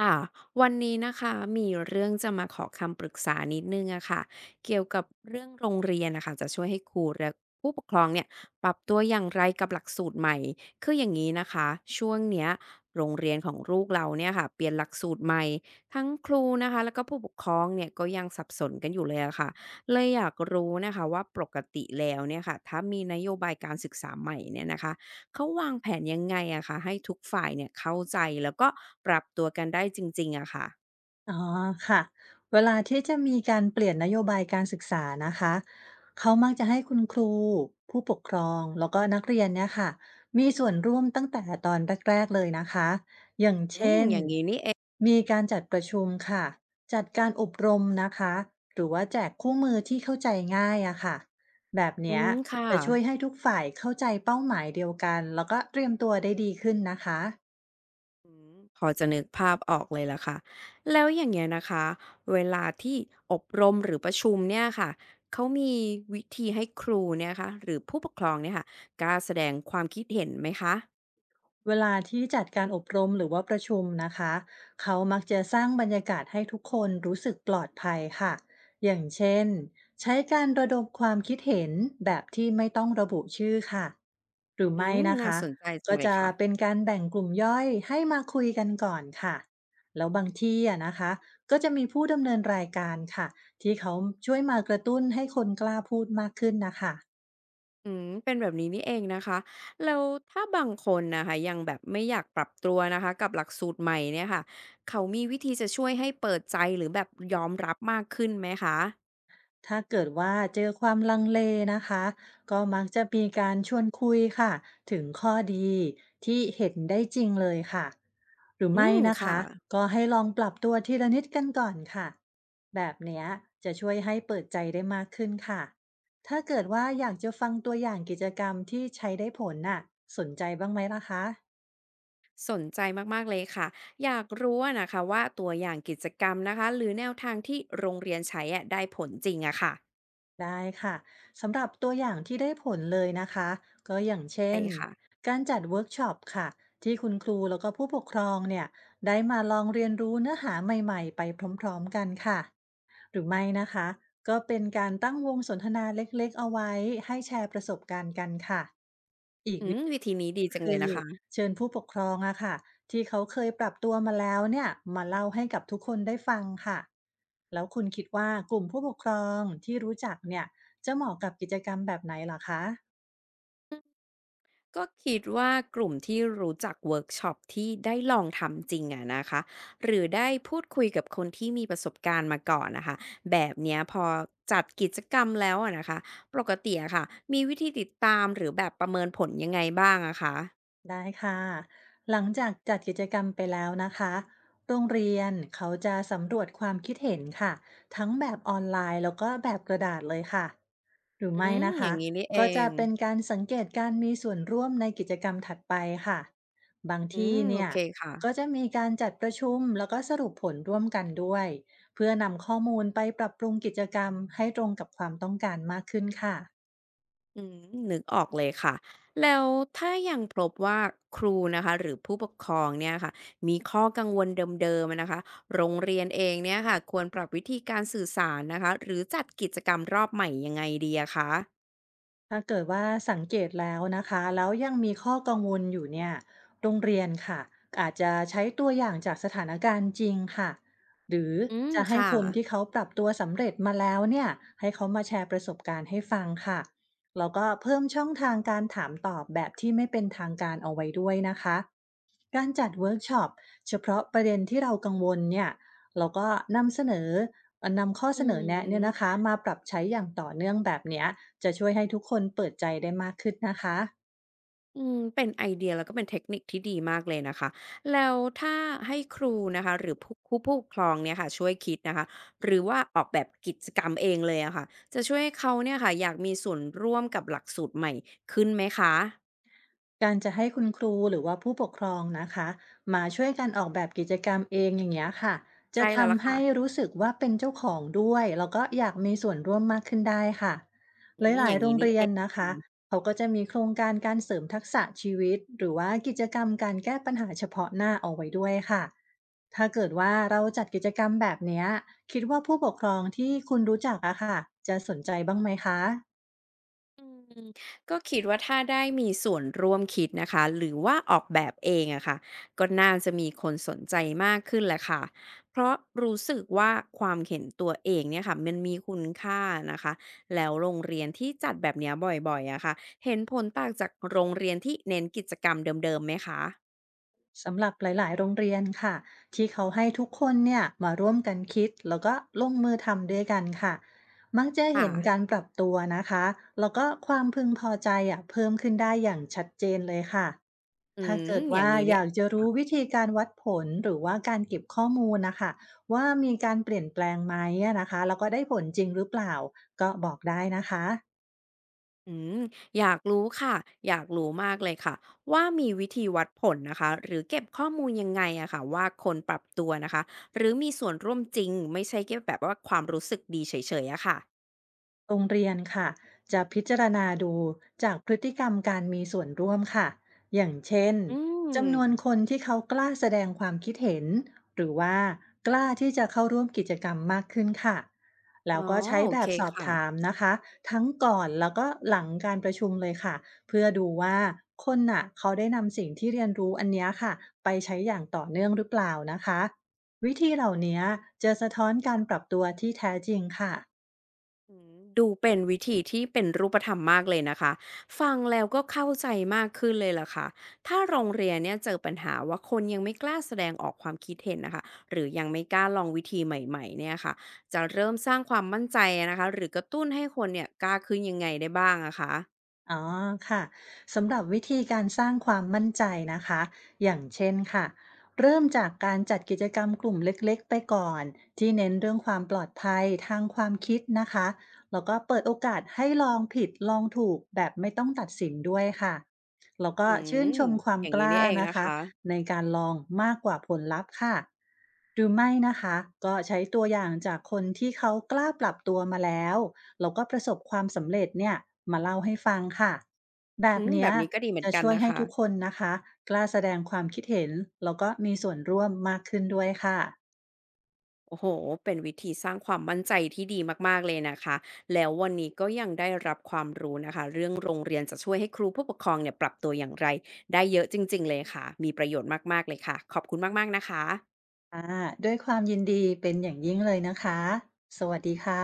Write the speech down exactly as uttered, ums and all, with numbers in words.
ค่ะวันนี้นะคะมีเรื่องจะมาขอคำปรึกษานิดนึงอะค่ะเกี่ยวกับเรื่องโรงเรียนนะคะจะช่วยให้ครูและผู้ปกครองเนี่ยปรับตัวอย่างไรกับหลักสูตรใหม่คืออย่างงี้นะคะช่วงเนี้ยโรงเรียนของลูกเราเนี่ยค่ะเปลี่ยนหลักสูตรใหม่ทั้งครูนะคะแล้วก็ผู้ปกครองเนี่ยก็ยังสับสนกันอยู่เลยอะค่ะเลยอยากรู้นะคะว่าปกติแล้วเนี่ยค่ะถ้ามีนโยบายการศึกษาใหม่เนี่ยนะคะ เขาวางแผนยังไงอะคะให้ทุกฝ่ายเนี่ยเข้าใจแล้วก็ปรับตัวกันได้จริงๆอะค่ะอ๋อค่ะเวลาที่จะมีการเปลี่ยนนโยบายการศึกษานะคะเขามักจะให้คุณครูผู้ปกครองแล้วก็นักเรียนเนี่ยค่ะมีส่วนร่วมตั้งแต่ตอนแรกๆเลยนะคะอย่างอืมเช่นอย่างงี้นี่เองมีการจัดประชุมค่ะจัดการอบรมนะคะหรือว่าแจกคู่มือที่เข้าใจง่ายอะค่ะแบบอืเนี้ยมค่ะจะช่วยให้ทุกฝ่ายเข้าใจเป้าหมายเดียวกันแล้วก็เตรียมตัวได้ดีขึ้นนะคะ อืมพอจะนึกภาพออกเลยล่ะค่ะแล้วอย่างเงี้ยนะคะเวลาที่อบรมหรือประชุมเนี่ยค่ะเขามีวิธีให้ครูเนี่ยคะหรือผู้ปกครองเนี่ยค่ะกล้าแสดงความคิดเห็นไหมคะเวลาที่จัดการอบรมหรือว่าประชุมนะคะเขามักจะสร้างบรรยากาศให้ทุกคนรู้สึกปลอดภัยค่ะอย่างเช่นใช้การระดมความคิดเห็นแบบที่ไม่ต้องระบุชื่อค่ะหรืออืไม่มนะน่าคะสนใจจังก็เลยจะค่ะ เป็นการแบ่งกลุ่มย่อยให้มาคุยกันก่อนค่ะแล้วบางที่อะนะคะก็จะมีผู้ดำเนินรายการค่ะที่เขาช่วยมากระตุ้นให้คนกล้าพูดมากขึ้นนะคะ อืมเป็นแบบนี้นี่เองนะคะแล้วถ้าบางคนนะคะยังแบบไม่อยากปรับตัวนะคะกับหลักสูตรใหม่เนี่ยค่ะเขามีวิธีจะช่วยให้เปิดใจหรือแบบยอมรับมากขึ้นไหมคะถ้าเกิดว่าเจอความลังเลนะคะก็มักจะมีการชวนคุยค่ะถึงข้อดีที่เห็นได้จริงเลยค่ะหรืออืไม่มนะค่ะคะก็ให้ลองปรับตัวทีละนิดกันก่อนค่ะแบบเนี้ยจะช่วยให้เปิดใจได้มากขึ้นค่ะถ้าเกิดว่าอยากจะฟังตัวอย่างกิจกรรมที่ใช้ได้ผลน่ะสนใจบ้างไหมล่ะคะ สนใจมากๆเลยค่ะอยากรู้อะนะคะว่าตัวอย่างกิจกรรมนะคะหรือแนวทางที่โรงเรียนใช้อะได้ผลจริงอะค่ะได้ค่ะสำหรับตัวอย่างที่ได้ผลเลยนะคะก็อย่างเช่ใช่นค่ะการจัดเวิร์กช็อปค่ะที่คุณครูแล้วก็ผู้ปกครองเนี่ยได้มาลองเรียนรู้เนื้อหาใหม่ๆไปพร้อมๆกันค่ะหรือไม่นะคะก็เป็นการตั้งวงสนทนาเล็กๆเอาไว้ให้แชร์ประสบการณ์กันค่ะ อืมวิธีนี้ดีจังเลคืยอนะคะ เชิญผู้ปกครองอะค่ะที่เขาเคยปรับตัวมาแล้วเนี่ยมาเล่าให้กับทุกคนได้ฟังค่ะแล้วคุณคิดว่ากลุ่มผู้ปกครองที่รู้จักเนี่ยจะเหมาะกับกิจกรรมแบบไหนเหรอคะก็คิดว่ากลุ่มที่รู้จักเวิร์กช็อปที่ได้ลองทำจริงอะนะคะหรือได้พูดคุยกับคนที่มีประสบการณ์มาก่อนนะคะแบบเนี้ยพอจัดกิจกรรมแล้วอะนะคะปกติอะค่ะมีวิธีติดตามหรือแบบประเมินผลยังไงบ้างอะคะได้ค่ะหลังจากจัดกิจกรรมไปแล้วนะคะโรงเรียนเขาจะสำรวจความคิดเห็นค่ะทั้งแบบออนไลน์แล้วก็แบบกระดาษเลยค่ะ หรืออืไม่มนะอย่าคะงนี้นี่เอก็จะงเป็นการสังเกตการมีส่วนร่วมในกิจกรรมถัดไปค่ะบางอืที่มโอเนี่ยเคค่ะ ก็จะมีการจัดประชุมแล้วก็สรุปผลร่วมกันด้วยเพื่อนำข้อมูลไปปรับปรุงกิจกรรมให้ตรงกับความต้องการมากขึ้นค่ะ อืมนึกออกเลยค่ะแล้วถ้ายังพบว่าครูนะคะหรือผู้ปกครองเนี่ยค่ะมีข้อกังวลเดิมๆอะนะคะโรงเรียนเองเนี่ยค่ะควรปรับวิธีการสื่อสารนะคะหรือจัดกิจกรรมรอบใหม่ยังไงดีอะคะถ้าเกิดว่าสังเกตแล้วนะคะแล้วยังมีข้อกังวลอยู่เนี่ยโรงเรียนค่ะอาจจะใช้ตัวอย่างจากสถานการณ์จริงค่ะหรืออืมจะให้ค่ะคนที่เขาปรับตัวสำเร็จมาแล้วเนี่ยให้เขามาแชร์ประสบการณ์ให้ฟังค่ะแล้วก็เพิ่มช่องทางการถามตอบแบบที่ไม่เป็นทางการเอาไว้ด้วยนะคะการจัดเวิร์กช็อปเฉพาะประเด็นที่เรากังวลเนี่ยเราก็นำเสนอนำข้ออืเสนอแนะเนี่ยนะม คะมาปรับใช้อย่างต่อเนื่องแบบเนี้ย จะช่วยให้ทุกคนเปิดใจได้มากขึ้นนะคะอืมเป็นไอเดียแล้วก็เป็นเทคนิคที่ดีมากเลยนะคะแล้วถ้าให้ครูนะคะหรือผู้ผู้ผู้ปกครองเนี่ยค่ะช่วยคิดนะคะหรือว่าออกแบบกิจกรรมเองเลยอะค่ะจะช่วยให้เขาเนี่ยค่ะอยากมีส่วนร่วมกับหลักสูตรใหม่ขึ้นไหมคะการจะให้คุณครูหรือว่าผู้ปกครองนะคะมาช่วยกันออกแบบกิจกรรมเองอย่างเงี้ยค่ะจะใช่แล้วล่ะทำค่ะให้รู้สึกว่าเป็นเจ้าของด้วยแล้วก็อยากมีส่วนร่วมมากขึ้นได้ค่ะอืมหอลายย่างๆโรงี้งนี่เรีเอยนนะคะง เขาก็จะมีโครงการการเสริมทักษะชีวิตหรือว่ากิจกรรมการแก้ปัญหาเฉพาะหน้าเอาไว้ด้วยค่ะถ้าเกิดว่าเราจัดกิจกรรมแบบเนี้ยคิดว่าผู้ปกครองที่คุณรู้จักอะค่ะจะสนใจบ้างไหมคะ อืมก็คิดว่าถ้าได้มีส่วนร่วมคิดนะคะหรือว่าออกแบบเองอะค่ะก็น่าจะมีคนสนใจมากขึ้นแหละค่ะเพราะรู้สึกว่าความเห็นตัวเองเนี่ยค่ะมันมีคุณค่านะคะแล้วโรงเรียนที่จัดแบบเนี้ยบ่อยๆอะค่ะเห็นผลต่างจากโรงเรียนที่เน้นกิจกรรมเดิมๆไหมคะสำหรับหลายๆโรงเรียนค่ะที่เขาให้ทุกคนเนี่ยมาร่วมกันคิดแล้วก็ลงมือทำด้วยกันค่ะมักจะค่ะเห็นการปรับตัวนะคะแล้วก็ความพึงพอใจอ่ะเพิ่มขึ้นได้อย่างชัดเจนเลยค่ะอืถ้ามเกิดอย่าว่างนี้อนี่ ยากจะรู้วิธีการวัดผลหรือว่าการเก็บข้อมูลนะคะว่ามีการเปลี่ยนแปลงไหมอะนะคะแล้วก็ได้ผลจริงหรือเปล่าก็บอกได้นะคะ อืมอยากรู้ค่ะอยากรู้มากเลยค่ะว่ามีวิธีวัดผลนะคะหรือเก็บข้อมูลยังไงอะค่ะว่าคนปรับตัวนะคะหรือมีส่วนร่วมจริงไม่ใช่แค่แบบว่าความรู้สึกดีเฉยๆอะค่ะโรงเรียนค่ะจะพิจารณาดูจากพฤติกรรมการมีส่วนร่วมค่ะอย่างเช่นอืมจำนวนคนที่เขากล้าแสดงความคิดเห็นหรือว่ากล้าที่จะเข้าร่วมกิจกรรมมากขึ้นค่ะแล้อ๋วอก็ใช้โอแบเคบสอบค่ะ ถามนะคะทั้งก่อนแล้วก็หลังการประชุมเลยค่ะเพื่อดูว่าคนน่ะเขาได้นำสิ่งที่เรียนรู้อันเนี้ยค่ะไปใช้อย่างต่อเนื่องหรือเปล่านะคะวิธีเหล่านี้จะสะท้อนการปรับตัวที่แท้จริงค่ะ ดูเป็นวิธีที่เป็นรูปธรรมมากเลยนะคะฟังแล้วก็เข้าใจมากขึ้นเลยล่ะค่ะถ้าโรงเรียนเนี่ยเจอปัญหาว่าคนยังไม่กล้าแสดงออกความคิดเห็นนะคะหรือยังไม่กล้าลองวิธีใหม่ๆเนี่ยค่ะจะเริ่มสร้างความมั่นใจนะคะหรือกระตุ้นให้คนเนี่ยกล้าขึ้นยังไงได้บ้างอะคะอ๋อค่ะสำหรับวิธีการสร้างความมั่นใจนะคะอย่างเช่นค่ะเริ่มจากการจัดกิจกรรมกลุ่มเล็กๆไปก่อนที่เน้นเรื่องความปลอดภัยทางความคิดนะคะแล้วก็เปิดโอกาสให้ลองผิดลองถูกแบบไม่ต้องตัดสินด้วยค่ะแล้วก็อืชื่มนชมควาอมย่างกนี้ล้านี่เองนะนะคะคะในการลองมากกว่าผลลัพธ์ค่ะ หรือไม่นะคะก็ใช้ตัวอย่างจากคนที่เขากล้าปรับตัวมาแล้วแล้วก็ประสบความสำเร็จเนี่ยมาเล่าให้ฟังค่ะแบอืบมแบเนี้ยบนี้ก็ดีเหมือนจะกันช่วยนะให้คะ ทุกคนนะคะกล้าแสดงความคิดเห็นแล้วก็มีส่วนร่วมมากขึ้นด้วยค่ะโอ้โห เป็นวิธีสร้างความมั่นใจที่ดีมากๆเลยนะคะ แล้ววันนี้ก็ยังได้รับความรู้นะคะ เรื่องโรงเรียนจะช่วยให้ครูผู้ปกครองเนี่ยปรับตัวอย่างไรได้เยอะจริงๆเลยค่ะ มีประโยชน์มากๆเลยค่ะ ขอบคุณมากๆนะคะอ่าด้วยความยินดีเป็นอย่างยิ่งเลยนะคะสวัสดีค่ะ